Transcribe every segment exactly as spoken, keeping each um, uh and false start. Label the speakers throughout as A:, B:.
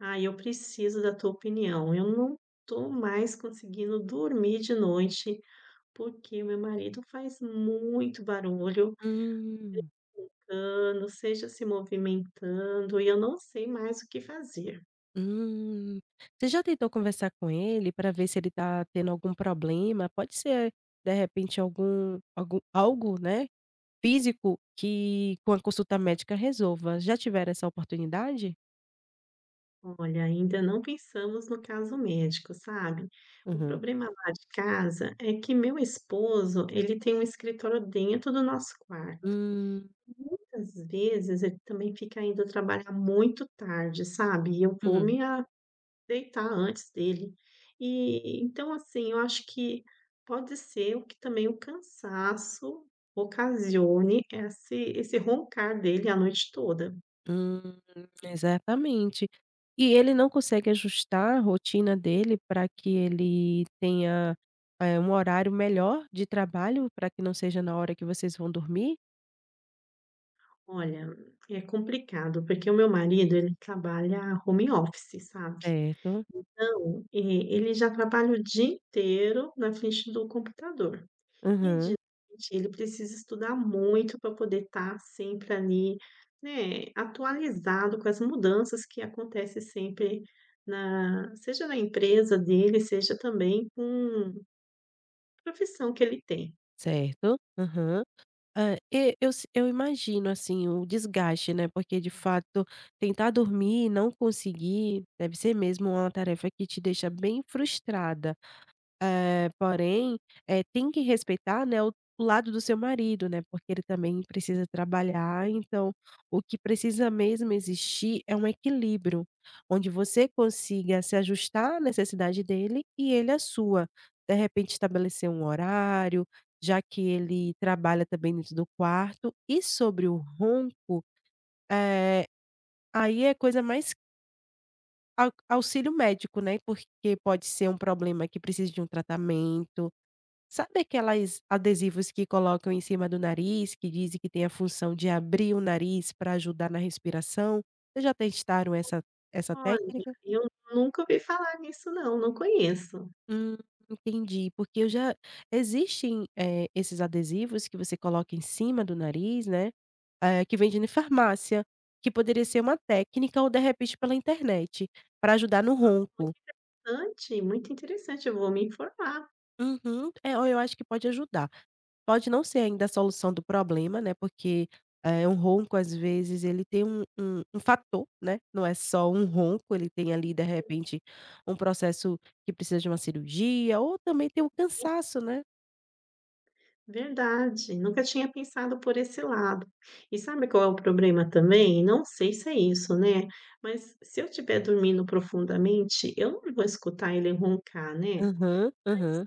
A: Ah, eu preciso da tua opinião. Eu não tô mais conseguindo dormir de noite, porque o meu marido faz muito barulho,
B: Hum,
A: cano, seja se movimentando, e eu não sei mais o que fazer.
B: hum. Você já tentou conversar com ele para ver se ele tá tendo algum problema? Pode ser, de repente, algum algum algo, né, físico que com a consulta médica resolva. Já tiveram essa oportunidade?
A: Olha, ainda não pensamos no caso médico, sabe? O
B: Uhum.
A: problema lá de casa é que meu esposo, ele tem um escritório dentro do nosso quarto.
B: Hum,
A: Às vezes ele também fica indo trabalhar muito tarde, sabe? E eu vou
B: uhum,
A: me deitar antes dele. E então, assim, eu acho que pode ser o que também o cansaço ocasione esse esse roncar dele a noite toda.
B: hum, exatamente. E ele não consegue ajustar a rotina dele para que ele tenha, eh, um horário melhor de trabalho, para que não seja na hora que vocês vão dormir?
A: Olha, é complicado, porque o meu marido, ele trabalha home office, sabe.
B: Certo.
A: Então, eh, ele já trabalha o dia inteiro na frente do computador. E de
B: Aham,
A: noite ele precisa estudar muito para poder estar sempre ali, né, atualizado com as mudanças que acontece sempre na seja na empresa dele, seja também com a profissão que ele tem.
B: certo. Aham. Ah e eu, se eu imagino, assim, o desgaste, né, porque de fato tentar dormir e não conseguir, deve ser mesmo uma tarefa que te deixa bem frustrada. Eh, porém, eh, tem que respeitar, né, o o lado do seu marido, né, porque ele também precisa trabalhar, então o que precisa mesmo existir é um equilíbrio, onde você consiga se ajustar à necessidade dele e ele à sua. De repente estabelecer um horário, já que ele trabalha também dentro do quarto. E sobre o ronco, eh, aí é coisa mais au auxílio médico, né, porque pode ser um problema que precisa de um tratamento. Sabe aqueles adesivos que colocam em cima do nariz, que dizem que tem a função de abrir o nariz para ajudar na respiração? Vocês já testaram essa essa
A: "Olha,
B: técnica?
A: eu nunca ouvi falar nisso não, não conheço."
B: Hum, entendi, porque eu já, existem, eh, esses adesivos que você coloca em cima do nariz, né, eh, que vende em farmácia, que poderia ser uma técnica ou de repente pela internet, para ajudar no ronco.
A: "Ante, muito interessante, eu vou me informar."
B: Uhum, é, eu acho que pode ajudar. Pode não ser ainda a solução do problema, né, porque, é um ronco, às vezes, ele tem um um um fator, né, não é só um ronco, ele tem ali, de repente, um processo que precisa de uma cirurgia ou também tem o cansaço, né.
A: Verdade, nunca tinha pensado por esse lado. E sabe qual é o problema também? Não sei se é isso, né, mas se eu estiver dormindo profundamente, eu não vou escutar ele roncar, né.
B: Aham, aham.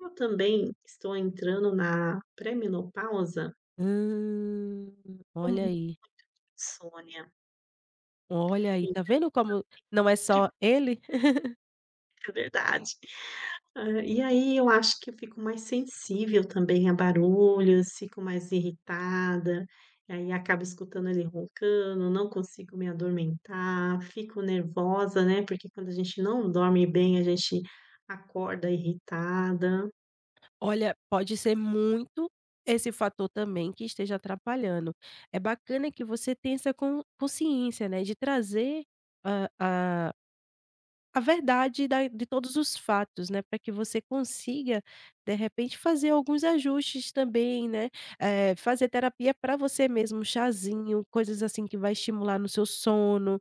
A: Eu também estou entrando na pré-menopausa
B: Hum,
A: com
B: olha aí,
A: insônia,
B: olha aí, tá vendo como não é
A: incrível.
B: só ele?
A: É verdade. Hã, e aí eu acho que eu fico mais sensível também a barulhos, fico mais irritada, e aí acabo escutando ele roncando, não consigo me adormentar, fico nervosa, né, porque quando a gente não dorme bem, a gente acorda irritada.
B: Olha, pode ser muito esse fator também que esteja atrapalhando. É bacana que você tenha essa con consciência, né, de trazer a a a verdade da, de todos os fatos, né, para que você consiga, de repente, fazer alguns ajustes também, né, eh, fazer terapia para você mesmo, um chazinho, coisas assim que vai estimular no seu sono,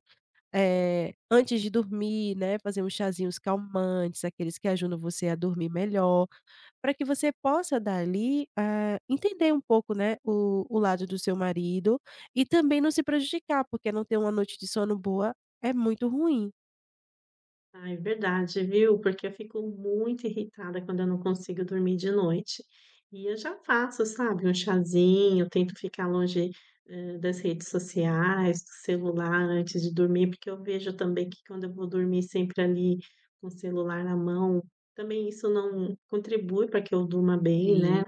B: eh, antes de dormir, né, fazer uns chazinhos calmantes, aqueles que ajudam você a dormir melhor para que você possa dali, ah, entender um pouco, né, o o lado do seu marido e também não se prejudicar, porque não ter uma noite de sono boa é muito ruim.
A: Ah, é verdade, viu? Porque eu fico muito irritada quando eu não consigo dormir de noite. E eu já faço, sabe, um chazinho, tento ficar longe, eh, das redes sociais, do celular antes de dormir, porque eu vejo também que quando eu vou dormir sempre ali com o celular na mão, também isso não contribui para que eu durma bem, né?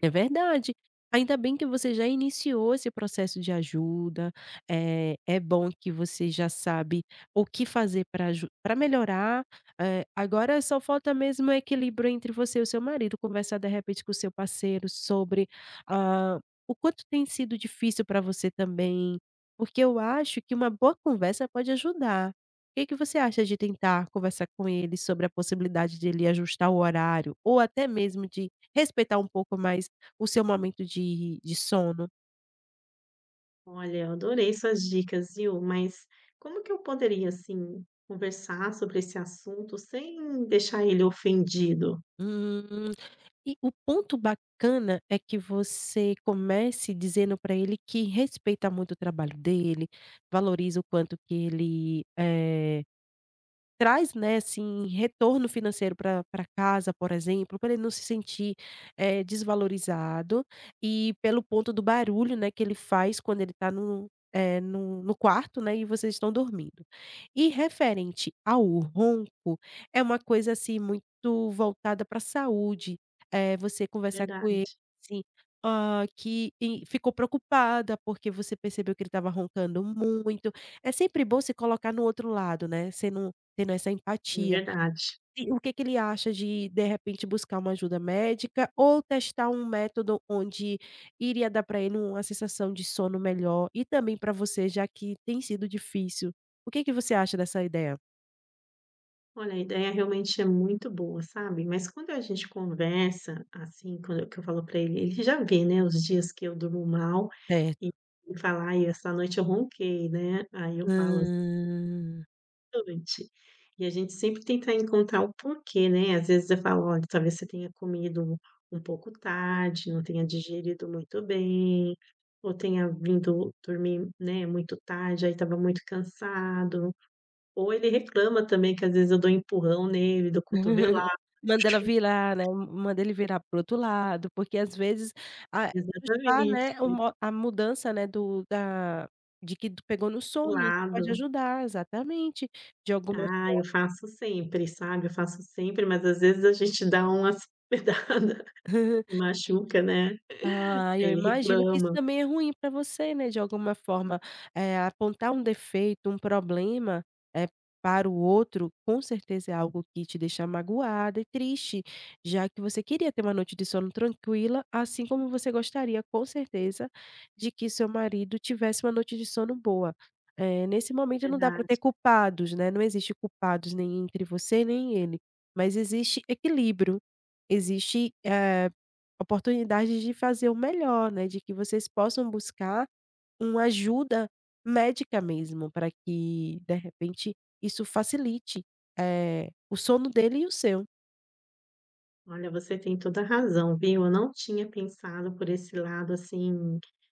B: É verdade. Ainda bem que você já iniciou esse processo de ajuda, eh, é bom que você já sabe o que fazer para aju melhorar, eh, agora só falta mesmo o equilíbrio entre você e o seu marido, conversar de repente com o seu parceiro sobre, ah, o quanto tem sido difícil para você também, porque eu acho que uma boa conversa pode ajudar. O que que você acha de tentar conversar com ele sobre a possibilidade de ele ajustar o horário, ou até mesmo de respeitar um pouco mais o seu momento de de sono.
A: Olha, eu adorei suas dicas, viu? Mas como que eu poderia, assim, conversar sobre esse assunto sem deixar ele ofendido?
B: Hum, e o ponto bacana é que você comece dizendo para ele que respeita muito o trabalho dele, valoriza o quanto que ele, eh traz, né, assim, retorno financeiro para pra casa, por exemplo, para ele não se sentir, eh, desvalorizado, e pelo ponto do barulho, né, que ele faz quando ele está no, eh, no no quarto, né, e vocês estão dormindo. E referente ao ronco, é uma coisa, assim, muito voltada pra saúde, eh, você conversar com
A: Verdade.
B: ele, assim, ah, que e ficou preocupada porque você percebeu que ele estava roncando muito. É sempre bom se colocar no outro lado, né, você não, tendo essa
A: É
B: empatia.
A: verdade.
B: E o que que ele acha de, de repente, buscar uma ajuda médica ou testar um método onde iria dar para ele uma sensação de sono melhor e também para você, já que tem sido difícil. O que que você acha dessa ideia?
A: Olha, a ideia realmente é muito boa, sabe. Mas quando a gente conversa, assim, quando eu, que eu falo pra ele, ele já vê, né, os dias que eu durmo mal
B: Certo.
A: e e fala: "Ai, essa noite eu ronquei", né. Aí eu falo: essa
B: Hum.
A: "noite". E a gente sempre tenta encontrar o porquê, né. Às vezes eu falo: "Olha, talvez você tenha comido um pouco tarde, não tenha digerido muito bem, ou tenha vindo dormir, né, muito tarde, aí estava muito cansado". Ou ele reclama também que às vezes eu dou um empurrão nele, dou cotovelada,
B: Manda ela virar, né, manda ele virar para outro lado, porque às vezes a, ajustar,
A: exatamente,
B: né, o mo a mudança, né, do da de que pegou no
A: do
B: sono, isso pode
A: lado.
B: ajudar, exatamente, de alguma.
A: Ah, eu faço sempre, sabe, eu faço sempre, mas às vezes a gente dá umas pedrada, machuca, né,
B: Ah,
A: aí
B: eu
A: ele
B: imagino que isso
A: reclama,
B: também é ruim para você, né, de alguma forma, eh, apontar um defeito, um problema, eh, para o outro, com certeza é algo que te deixa magoada e triste, já que você queria ter uma noite de sono tranquila, assim como você gostaria, com certeza, de que seu marido tivesse uma noite de sono boa. Eh, nesse
A: é
B: momento não dá para ter
A: verdade.
B: culpados, né, não existe culpados nem entre você nem ele, mas existe equilíbrio, existe, eh oportunidades de fazer o melhor, né, de que vocês possam buscar uma ajuda médica mesmo, para que, de repente, isso facilite, eh, o sono dele e o seu.
A: Olha, você tem toda a razão, viu. Eu não tinha pensado por esse lado, assim,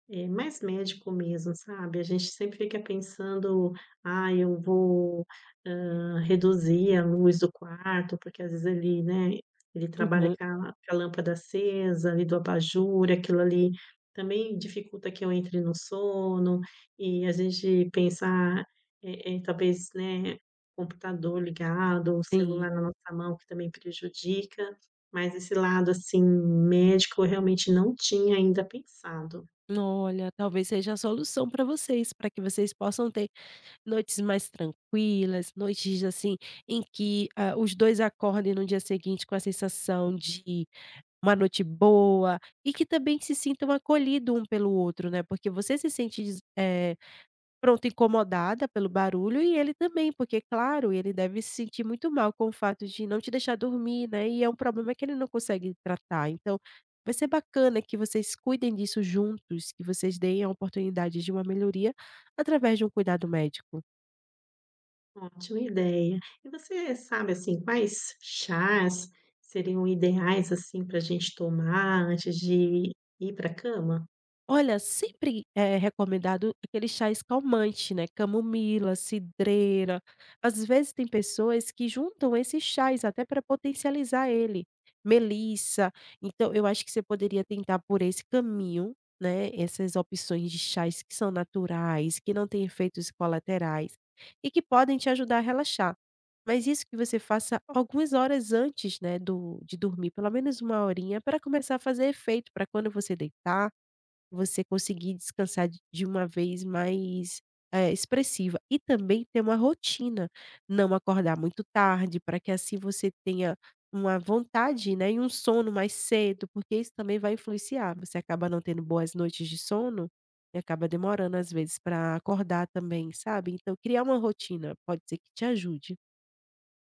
A: eh, mais médico mesmo, sabe. A gente sempre fica pensando: "Ah, eu vou, hã, reduzir a luz do quarto", porque às vezes ele, né, ele trabalha
B: Uhum,
A: com a com a lâmpada acesa ali do abajur, aquilo ali também dificulta que eu entre no sono. E a gente pensar: "Ah, eh eh, talvez, né, computador ligado o
B: sim.
A: celular na nossa mão que também prejudica". Mas esse lado, assim, médico, eu realmente não tinha ainda pensado.
B: Olha, talvez seja a solução para vocês, para que vocês possam ter noites mais tranquilas, noites, assim, em que, ah, os dois acordem no dia seguinte com a sensação de uma noite boa e que também se sintam acolhidos um pelo outro, né, porque você se sente, eh pronto, incomodada pelo barulho e ele também, porque claro, ele deve se sentir muito mal com o fato de não te deixar dormir, né, e é um problema que ele não consegue tratar. Então, vai ser bacana que vocês cuidem disso juntos, que vocês deem a oportunidade de uma melhoria através de um cuidado médico.
A: Ótima ideia. E você sabe, assim, quais chás seriam ideais, assim, para a gente tomar antes de ir para a cama?
B: Olha, sempre é recomendado aqueles chás calmantes, né, camomila, cidreira. Às vezes tem pessoas que juntam esses chás até para potencializar ele, melissa. Então eu acho que você poderia tentar por esse caminho, né, essas opções de chás que são naturais, que não têm efeitos colaterais e que podem te ajudar a relaxar. Mas isso que você faça algumas horas antes, né, do, de dormir, pelo menos uma horinha, para começar a fazer efeito, para quando você deitar você conseguir descansar de de uma vez mais, eh, expressiva. E também ter uma rotina, não acordar muito tarde, para que assim você tenha uma vontade, né, e um sono mais cedo, porque isso também vai influenciar. Você acaba não tendo boas noites de sono, e acaba demorando às vezes para acordar também, sabe. Então criar uma rotina pode ser que te ajude.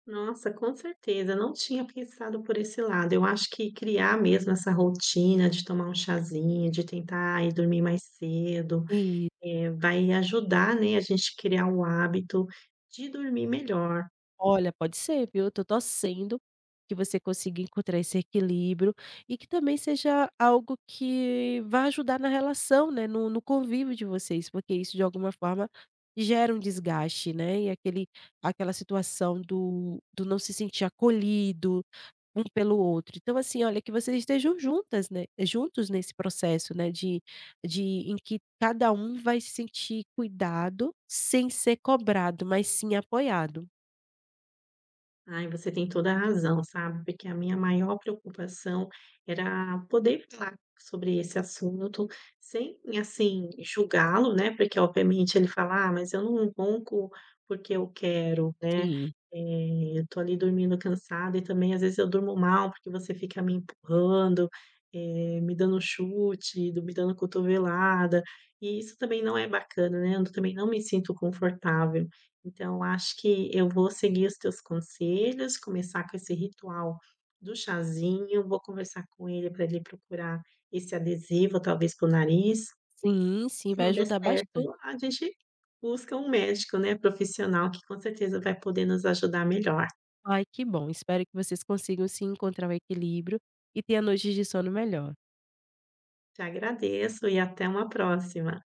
A: Nossa, com certeza, não tinha pensado por esse lado. Eu acho que criar mesmo essa rotina de tomar um chazinho, de tentar ir dormir mais cedo, eh, vai ajudar, né, a gente criar o hábito de dormir melhor.
B: Olha, pode ser, viu. Eu tô torcendo que você consiga encontrar esse equilíbrio e que também seja algo que vá ajudar na relação, né, no no convívio de vocês, porque isso de alguma forma gera um desgaste, né, e aquele aquela situação do do não se sentir acolhido um pelo outro. Então, assim, olha, que vocês estejam juntas, né, juntos nesse processo, né, de de em que cada um vai se sentir cuidado sem ser cobrado, mas sim apoiado.
A: Ai, você tem toda a razão, sabe, porque a minha maior preocupação era poder falar sobre esse assunto sem, assim, julgá-lo, né, porque obviamente ele fala: "Ah, mas eu não ronco porque eu quero, né,
B: Sim.
A: eh, eu tô ali dormindo cansada e também às vezes eu durmo mal porque você fica me empurrando, eh, me dando chute, do me dando cotovelada", e isso também não é bacana, né, eu também não me sinto confortável. Então, acho que eu vou seguir os teus conselhos, começar com esse ritual do chazinho, vou conversar com ele para ele procurar esse adesivo, talvez para o nariz.
B: Sim, sim,
A: Se
B: vai
A: não der
B: ajudar bastante.
A: certo, a gente busca um médico, né, profissional que com certeza vai poder nos ajudar melhor.
B: Ai, que bom. Espero que vocês consigam sim encontrar o equilíbrio e tenha noites de sono melhor.
A: Te agradeço e até uma próxima.